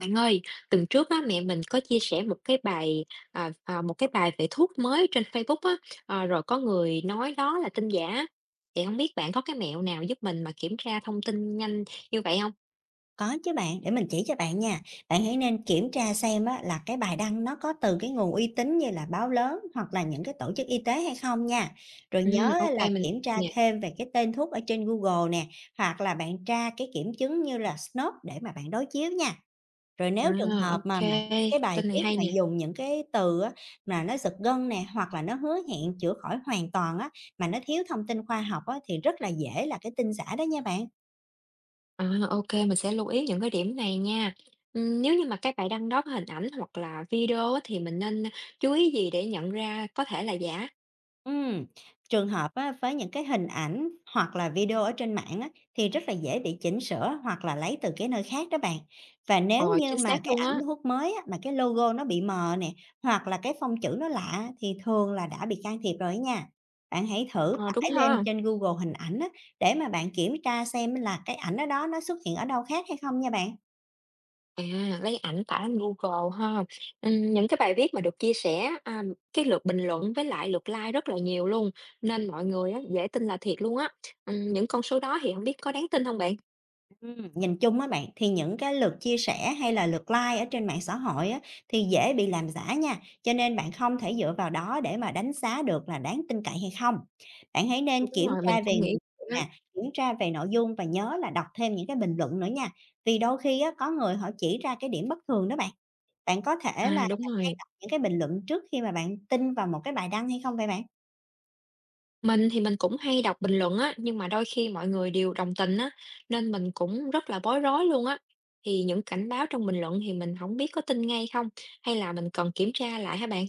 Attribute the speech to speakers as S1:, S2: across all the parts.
S1: Bạn ơi, tuần trước á, mẹ mình có chia sẻ một cái bài một cái bài về thuốc mới trên Facebook á, rồi có người nói đó là tin giả. Thì không biết bạn có cái mẹo nào giúp mình mà kiểm tra thông tin nhanh như vậy không?
S2: Có chứ bạn, để mình chỉ cho bạn nha. Bạn hãy nên kiểm tra xem á, là cái bài đăng nó có từ cái nguồn uy tín như là báo lớn hoặc là những cái tổ chức y tế hay không nha. Rồi
S1: Ừ,
S2: nhớ á,
S1: ok
S2: là
S1: mình
S2: kiểm tra
S1: nè.
S2: thêm về cái tên thuốc ở trên Google nè, hoặc là bạn tra cái kiểm chứng như là SNOP để mà bạn đối chiếu nha. Rồi
S1: À,
S2: nếu trường hợp
S1: ok,
S2: mà cái bài
S1: tin này
S2: viết
S1: hay
S2: mà
S1: nè.
S2: dùng những cái từ á, mà nó giật gân nè, hoặc là nó hứa hẹn chữa khỏi hoàn toàn á, mà nó thiếu thông tin khoa học á, thì rất là dễ là cái tin giả đó nha bạn.
S1: À, ok, mình sẽ lưu ý những cái điểm này nha. Ừ, nếu như mà cái bài đăng đó có hình ảnh hoặc là video á, thì mình nên chú ý gì để nhận ra có thể là giả?
S2: Ừm, trường hợp á, với những cái hình ảnh hoặc là video ở trên mạng á, thì rất là dễ bị chỉnh sửa hoặc là lấy từ cái nơi khác đó bạn. Và nếu
S1: Ờ,
S2: như
S1: chính
S2: mà
S1: xác
S2: cái
S1: luôn
S2: ảnh
S1: á.
S2: hút mới á, mà cái logo nó bị mờ nè, hoặc là cái phông chữ nó lạ, thì thường là đã bị can thiệp rồi nha. Bạn hãy thử
S1: Ờ, đúng
S2: tải lên
S1: ha.
S2: trên Google hình ảnh á, để mà bạn kiểm tra xem là cái ảnh ở đó nó xuất hiện ở đâu khác hay không nha bạn.
S1: À, lấy ảnh tải lên Google ha? Những cái bài viết mà được chia sẻ, cái lượt bình luận với lại lượt like rất là nhiều luôn, nên mọi người á, dễ tin là thiệt luôn á. Những con số đó thì không biết có đáng tin không bạn?
S2: Nhìn chung á bạn, thì những cái lượt chia sẻ hay là lượt like ở trên mạng xã hội á, thì dễ bị làm giả nha, cho nên bạn không thể dựa vào đó để mà đánh giá được là đáng tin cậy hay không. Bạn hãy nên
S1: Đúng
S2: kiểm
S1: rồi, mình
S2: tra về
S1: cũng nghĩ vậy á.
S2: nè, kiểm tra về nội dung, và nhớ là đọc thêm những cái bình luận nữa nha. Vì đôi khi á, có người họ chỉ ra cái điểm bất thường đó bạn. Bạn có thể là
S1: À, đúng rồi.
S2: những cái bình luận trước khi mà bạn tin vào một cái bài đăng hay không vậy bạn?
S1: Mình thì mình cũng hay đọc bình luận á, nhưng mà đôi khi mọi người đều đồng tình á, nên mình cũng rất là bối rối luôn á. Thì những cảnh báo trong bình luận thì mình không biết có tin ngay không, hay là mình cần kiểm tra lại hả bạn?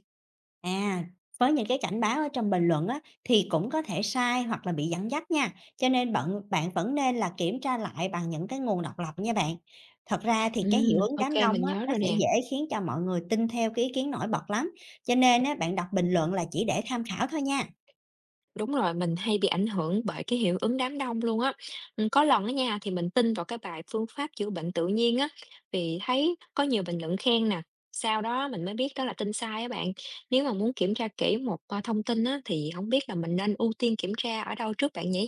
S2: À, với những cái cảnh báo ở trong bình luận á, thì cũng có thể sai hoặc là bị dẫn dắt nha. Cho nên bạn bạn vẫn nên là kiểm tra lại bằng những cái nguồn độc lập nha bạn. Thật ra thì cái hiệu ứng
S1: Ô
S2: đám đông
S1: mình
S2: á,
S1: nhớ
S2: nó
S1: rồi
S2: sẽ
S1: nè.
S2: dễ khiến cho mọi người tin theo cái ý kiến nổi bật lắm. Cho nên á, bạn đọc bình luận là chỉ để tham khảo thôi nha.
S1: Đúng rồi, mình hay bị ảnh hưởng bởi cái hiệu ứng đám đông luôn á. Có lần á nha, thì mình tin vào cái bài phương pháp chữa bệnh tự nhiên á, vì thấy có nhiều bình luận khen nè. Sau đó mình mới biết đó là tin sai á bạn. Nếu mà muốn kiểm tra kỹ một thông tin á, thì không biết là mình nên ưu tiên kiểm tra ở đâu trước bạn nhỉ?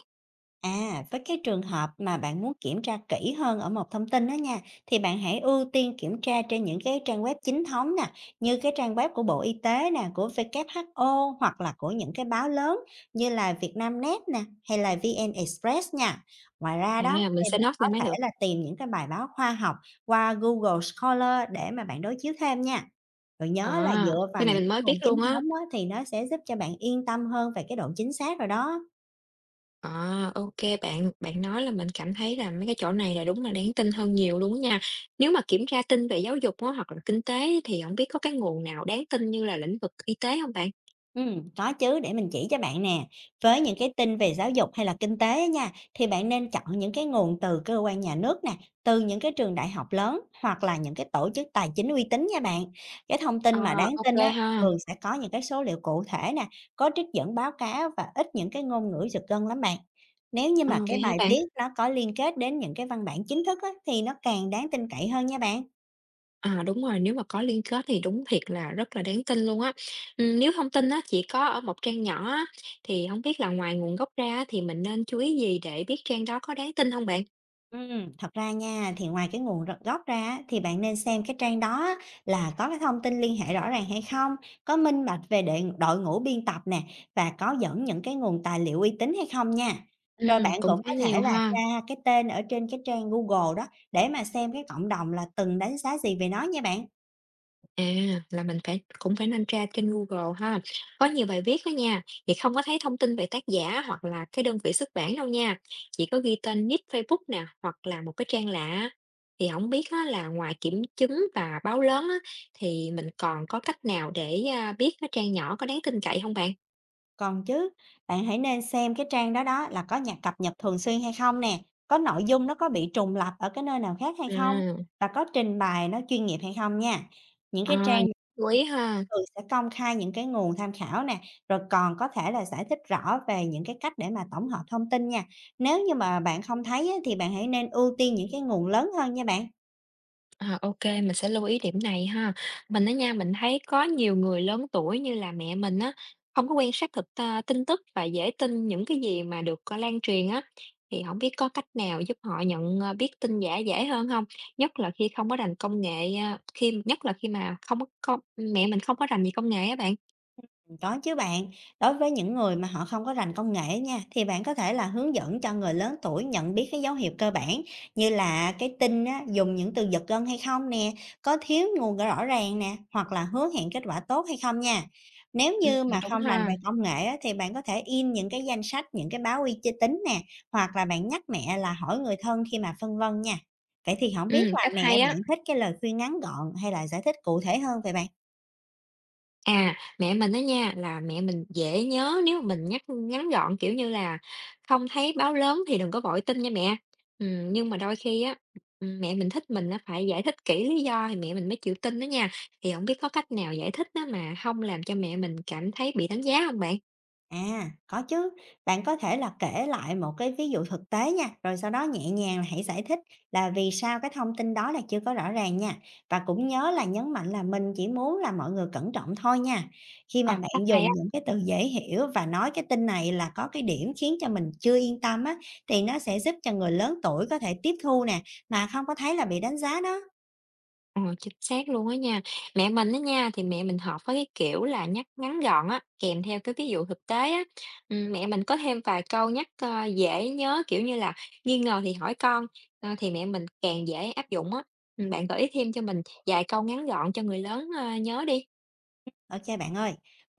S2: À, với cái trường hợp mà bạn muốn kiểm tra kỹ hơn ở một thông tin đó nha, thì bạn hãy ưu tiên kiểm tra trên những cái trang web chính thống nè, như cái trang web của Bộ Y tế nè, của WHO, hoặc là của những cái báo lớn như là Vietnamnet nè, hay là VN Express nha. Ngoài ra
S1: À,
S2: đó
S1: mình
S2: thì
S1: sẽ
S2: bạn
S1: note
S2: có
S1: lại mới
S2: thể
S1: được.
S2: là tìm những cái bài báo khoa học qua Google Scholar để mà bạn đối chiếu thêm nha. Rồi nhớ là
S1: À,
S2: dựa vào
S1: cái này
S2: những
S1: mình
S2: cái
S1: mới biết
S2: nguồn chính
S1: luôn á.
S2: thống á, thì nó sẽ giúp cho bạn yên tâm hơn về cái độ chính xác rồi đó.
S1: À, ok bạn bạn nói là mình cảm thấy là mấy cái chỗ này là đúng là đáng tin hơn nhiều luôn á nha. Nếu mà kiểm tra tin về giáo dục á, hoặc là kinh tế thì không biết có cái nguồn nào đáng tin như là lĩnh vực y tế không bạn?
S2: Có chứ, để mình chỉ cho bạn nè. Với những cái tin về giáo dục hay là kinh tế á nha, thì bạn nên chọn những cái nguồn từ cơ quan nhà nước nè, từ những cái trường đại học lớn, hoặc là những cái tổ chức tài chính uy tín nha bạn. Cái thông tin mà
S1: Ờ,
S2: đáng
S1: ok
S2: tin á,
S1: ha.
S2: thường sẽ có những cái số liệu cụ thể nè, có trích dẫn báo cáo và ít những cái ngôn ngữ giật gân lắm bạn. Nếu như
S1: Ờ,
S2: mà cái
S1: vậy hả
S2: bài
S1: bạn?
S2: viết nó có liên kết đến những cái văn bản chính thức á, thì nó càng đáng tin cậy hơn nha bạn.
S1: À, đúng rồi, nếu mà có liên kết thì đúng thiệt là rất là đáng tin luôn á. Nếu thông tin á chỉ có ở một trang nhỏ á, thì không biết là ngoài nguồn gốc ra á thì mình nên chú ý gì để biết trang đó có đáng tin không bạn?
S2: Thật ra nha, thì ngoài cái nguồn gốc ra á, thì bạn nên xem cái trang đó á, là có cái thông tin liên hệ rõ ràng hay không, có minh bạch về đội ngũ biên tập nè, và có dẫn những cái nguồn tài liệu uy tín hay không nha. Rồi bạn
S1: Cũng
S2: cũng
S1: khá
S2: có thể
S1: nhiều
S2: là
S1: ha.
S2: tra cái tên ở trên cái trang Google đó, để mà xem cái cộng đồng là từng đánh giá gì về nó nha bạn.
S1: À, là mình phải cũng phải nên tra trên Google ha. Có nhiều bài viết đó nha, thì không có thấy thông tin về tác giả hoặc là cái đơn vị xuất bản đâu nha. Chỉ có ghi tên nick Facebook nè, hoặc là một cái trang lạ. Thì không biết á, là ngoài kiểm chứng và báo lớn á, thì mình còn có cách nào để biết cái trang nhỏ có đáng tin cậy không bạn?
S2: Còn chứ, bạn hãy nên xem cái trang đó đó là có nhạc cập nhật thường xuyên hay không nè, có nội dung nó có bị trùng lặp ở cái nơi nào khác hay không,
S1: À,
S2: và có trình bày nó chuyên nghiệp hay không nha. Những cái
S1: à,
S2: trang
S1: chú ý ha.
S2: thường sẽ công khai những cái nguồn tham khảo nè, rồi còn có thể là giải thích rõ về những cái cách để mà tổng hợp thông tin nha. Nếu như mà bạn không thấy á, thì bạn hãy nên ưu tiên những cái nguồn lớn hơn nha bạn.
S1: À, ô mình sẽ lưu ý điểm này ha. Mình á nha, mình thấy có nhiều người lớn tuổi như là mẹ mình á, không có quan sát thực ta tin tức và dễ tin những cái gì mà được, lan truyền á. Thì không biết có cách nào giúp họ nhận, biết tin giả dễ hơn không? Nhất là khi không có rành công nghệ, a, khi nhất là khi mà không có công mẹ mình không có rành gì công nghệ á bạn.
S2: Có chứ bạn, đối với những người mà họ không có rành công nghệ nha, thì bạn có thể là hướng dẫn cho người lớn tuổi nhận biết cái dấu hiệu cơ bản, như là cái tin á, dùng những từ giật gân hay không nè, có thiếu nguồn rõ ràng nè, hoặc là hứa hẹn kết quả tốt hay không nha. Nếu như mà
S1: Đúng
S2: không rành về
S1: ha.
S2: công nghệ á, thì bạn có thể in những cái danh sách, những cái báo uy tín tính nè, hoặc là bạn nhắc mẹ là hỏi người thân khi mà phân vân nha. Vậy thì không biết
S1: Ừ,
S2: là
S1: cách
S2: mẹ
S1: hay
S2: bạn
S1: á.
S2: thích cái lời khuyên ngắn gọn, hay là giải thích cụ thể hơn về bạn?
S1: À, mẹ mình á nha, là mẹ mình dễ nhớ nếu mà mình nhắc ngắn gọn, kiểu như là "Không thấy báo lớn thì đừng có vội tin nha mẹ." Nhưng mà đôi khi á, mẹ mình thích mình á phải giải thích kỹ lý do thì mẹ mình mới chịu tin đó nha. Thì không biết có cách nào giải thích đó mà không làm cho mẹ mình cảm thấy bị đánh giá không bạn?
S2: À, có chứ. Bạn có thể là kể lại một cái ví dụ thực tế nha, rồi sau đó nhẹ nhàng là hãy giải thích là vì sao cái thông tin đó là chưa có rõ ràng nha. Và cũng nhớ là nhấn mạnh là mình chỉ muốn là mọi người cẩn trọng thôi nha. Khi
S1: Ờ,
S2: mà bạn
S1: cách hay á.
S2: dùng những cái từ dễ hiểu và nói cái tin này là có cái điểm khiến cho mình chưa yên tâm á, thì nó sẽ giúp cho người lớn tuổi có thể tiếp thu nè, mà không có thấy là bị đánh giá đó.
S1: Ờ, chính xác luôn á nha. Mẹ mình á nha, thì mẹ mình hợp với cái kiểu là nhắc ngắn gọn á, kèm theo cái ví dụ thực tế á. Mẹ mình có thêm vài câu nhắc, dễ nhớ, kiểu như là "Nghi ngờ thì hỏi con", ờ, thì mẹ mình càng dễ áp dụng á. Bạn gợi ý thêm cho mình vài câu ngắn gọn cho người lớn, nhớ đi.
S2: Ok bạn ơi,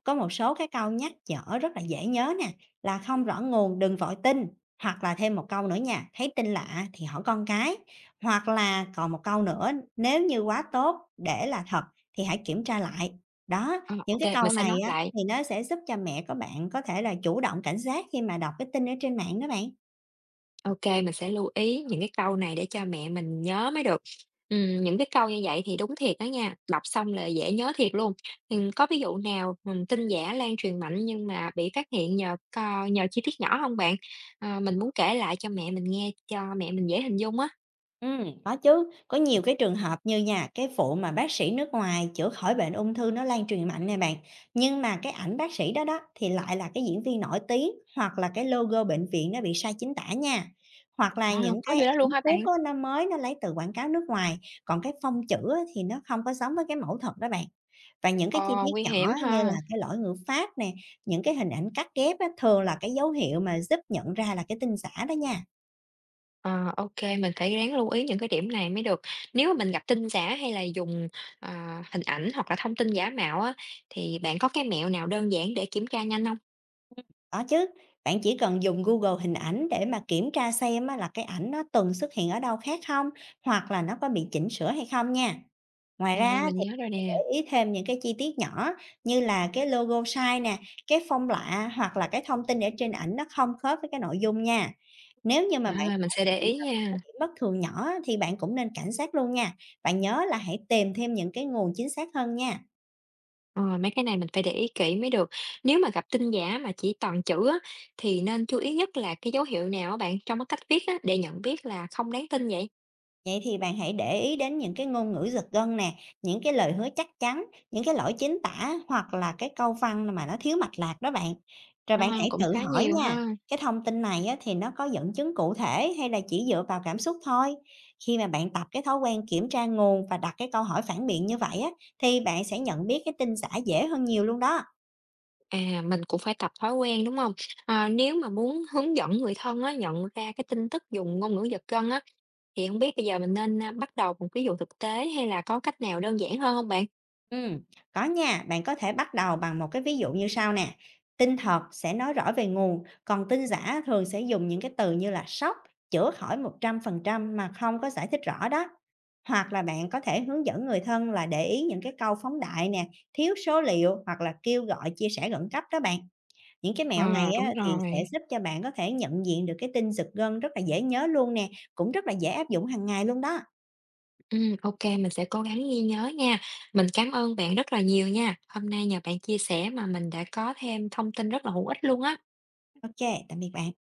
S2: có một số cái câu nhắc nhở rất là dễ nhớ nè, là không rõ nguồn đừng vội tin, hoặc là thêm một câu nữa nha, thấy tin lạ thì hỏi con cái, hoặc là còn một câu nữa, nếu như quá tốt để là thật thì hãy kiểm tra lại. Đó,
S1: Ờ, ô
S2: những cái câu
S1: mình sẽ
S2: này
S1: nói
S2: á
S1: lại.
S2: thì nó sẽ giúp cho mẹ của bạn có thể là chủ động cảnh giác khi mà đọc cái tin ở trên mạng đó bạn.
S1: OK, mình sẽ lưu ý những cái câu này để cho mẹ mình nhớ mới được. Những cái câu như vậy thì đúng thiệt đó nha, đọc xong là dễ nhớ thiệt luôn. Có ví dụ nào, tin giả lan truyền mạnh nhưng mà bị phát hiện nhờ co nhờ chi tiết nhỏ không bạn? Ờ, mình muốn kể lại cho mẹ mình nghe cho mẹ mình dễ hình dung á.
S2: Có chứ, có nhiều cái trường hợp như nha, cái vụ mà bác sĩ nước ngoài chữa khỏi bệnh ung thư nó lan truyền mạnh nè bạn. Nhưng mà cái ảnh bác sĩ đó đó thì lại là cái diễn viên nổi tiếng, hoặc là cái logo bệnh viện nó bị sai chính tả nha. Hoặc là
S1: Ờ,
S2: những
S1: có
S2: cái
S1: gì đó luôn
S2: ảnh
S1: hả bạn?
S2: thuốc á, nó mới nó lấy từ quảng cáo nước ngoài, còn cái phông chữ á, thì nó không có giống với cái mẫu thật đó bạn. Và những cái chi
S1: Ờ,
S2: tiết
S1: nguy
S2: nhỏ
S1: hiểm
S2: như
S1: ha.
S2: là cái lỗi ngữ pháp nè, những cái hình ảnh cắt ghép á, thường là cái dấu hiệu mà giúp nhận ra là cái tin giả đó nha.
S1: Ờ, ô mình phải ráng lưu ý những cái điểm này mới được. Nếu mà mình gặp tin giả hay là dùng, hình ảnh hoặc là thông tin giả mạo á, thì bạn có cái mẹo nào đơn giản để kiểm tra nhanh không?
S2: Có chứ, bạn chỉ cần dùng Google hình ảnh để mà kiểm tra xem á, là cái ảnh nó từng xuất hiện ở đâu khác không, hoặc là nó có bị chỉnh sửa hay không nha. Ngoài ra
S1: À,
S2: á,
S1: mình
S2: thì
S1: nhớ rồi nè,
S2: để ý thêm những cái chi tiết nhỏ như là cái logo sai nè, cái phông lạ, hoặc là cái thông tin ở trên ảnh nó không khớp với cái nội dung nha. Nếu như mà
S1: à,
S2: bạn
S1: mình
S2: phát
S1: sẽ để
S2: hiện
S1: ý
S2: ra
S1: nha.
S2: cái điểm bất thường nhỏ á, thì bạn cũng nên cảnh giác luôn nha. Bạn nhớ là hãy tìm thêm những cái nguồn chính xác hơn nha.
S1: Ờ, mấy cái này mình phải để ý kỹ mới được. Nếu mà gặp tin giả mà chỉ toàn chữ á, thì nên chú ý nhất là cái dấu hiệu nào á bạn, trong cái cách viết á, để nhận biết là không đáng tin vậy?
S2: Vậy thì bạn hãy để ý đến những cái ngôn ngữ giật gân nè, những cái lời hứa chắc chắn, những cái lỗi chính tả, hoặc là cái câu văn mà nó thiếu mạch lạc đó bạn. Rồi
S1: Ờ,
S2: bạn hãy
S1: cũng
S2: tự
S1: khá
S2: hỏi
S1: nhiều
S2: nha,
S1: ha.
S2: cái thông tin này á, thì nó có dẫn chứng cụ thể hay là chỉ dựa vào cảm xúc thôi. Khi mà bạn tập cái thói quen kiểm tra nguồn và đặt cái câu hỏi phản biện như vậy á, thì bạn sẽ nhận biết cái tin giả dễ hơn nhiều luôn đó.
S1: À, mình cũng phải tập thói quen, đúng không? À, nếu mà muốn hướng dẫn người thân á, nhận ra cái tin tức dùng ngôn ngữ giật gân á, thì không biết bây giờ mình nên, bắt đầu một ví dụ thực tế hay là có cách nào đơn giản hơn không bạn?
S2: Ừm, có nha, bạn có thể bắt đầu bằng một cái ví dụ như sau nè. Tin thật sẽ nói rõ về nguồn, còn tin giả thường sẽ dùng những cái từ như là sốc, chữa khỏi 100% mà không có giải thích rõ đó. Hoặc là bạn có thể hướng dẫn người thân là để ý những cái câu phóng đại nè, thiếu số liệu, hoặc là kêu gọi chia sẻ khẩn cấp đó bạn. Những cái mẹo này
S1: Ờ,
S2: á,
S1: đúng
S2: thì sẽ
S1: rồi.
S2: giúp cho bạn có thể nhận diện được cái tin giật gân rất là dễ nhớ luôn nè, cũng rất là dễ áp dụng hàng ngày luôn đó.
S1: Ô mình sẽ cố gắng ghi nhớ nha. Mình cảm ơn bạn rất là nhiều nha. Hôm nay nhờ bạn chia sẻ mà mình đã có thêm thông tin rất là hữu ích luôn á.
S2: Ok, tạm biệt bạn.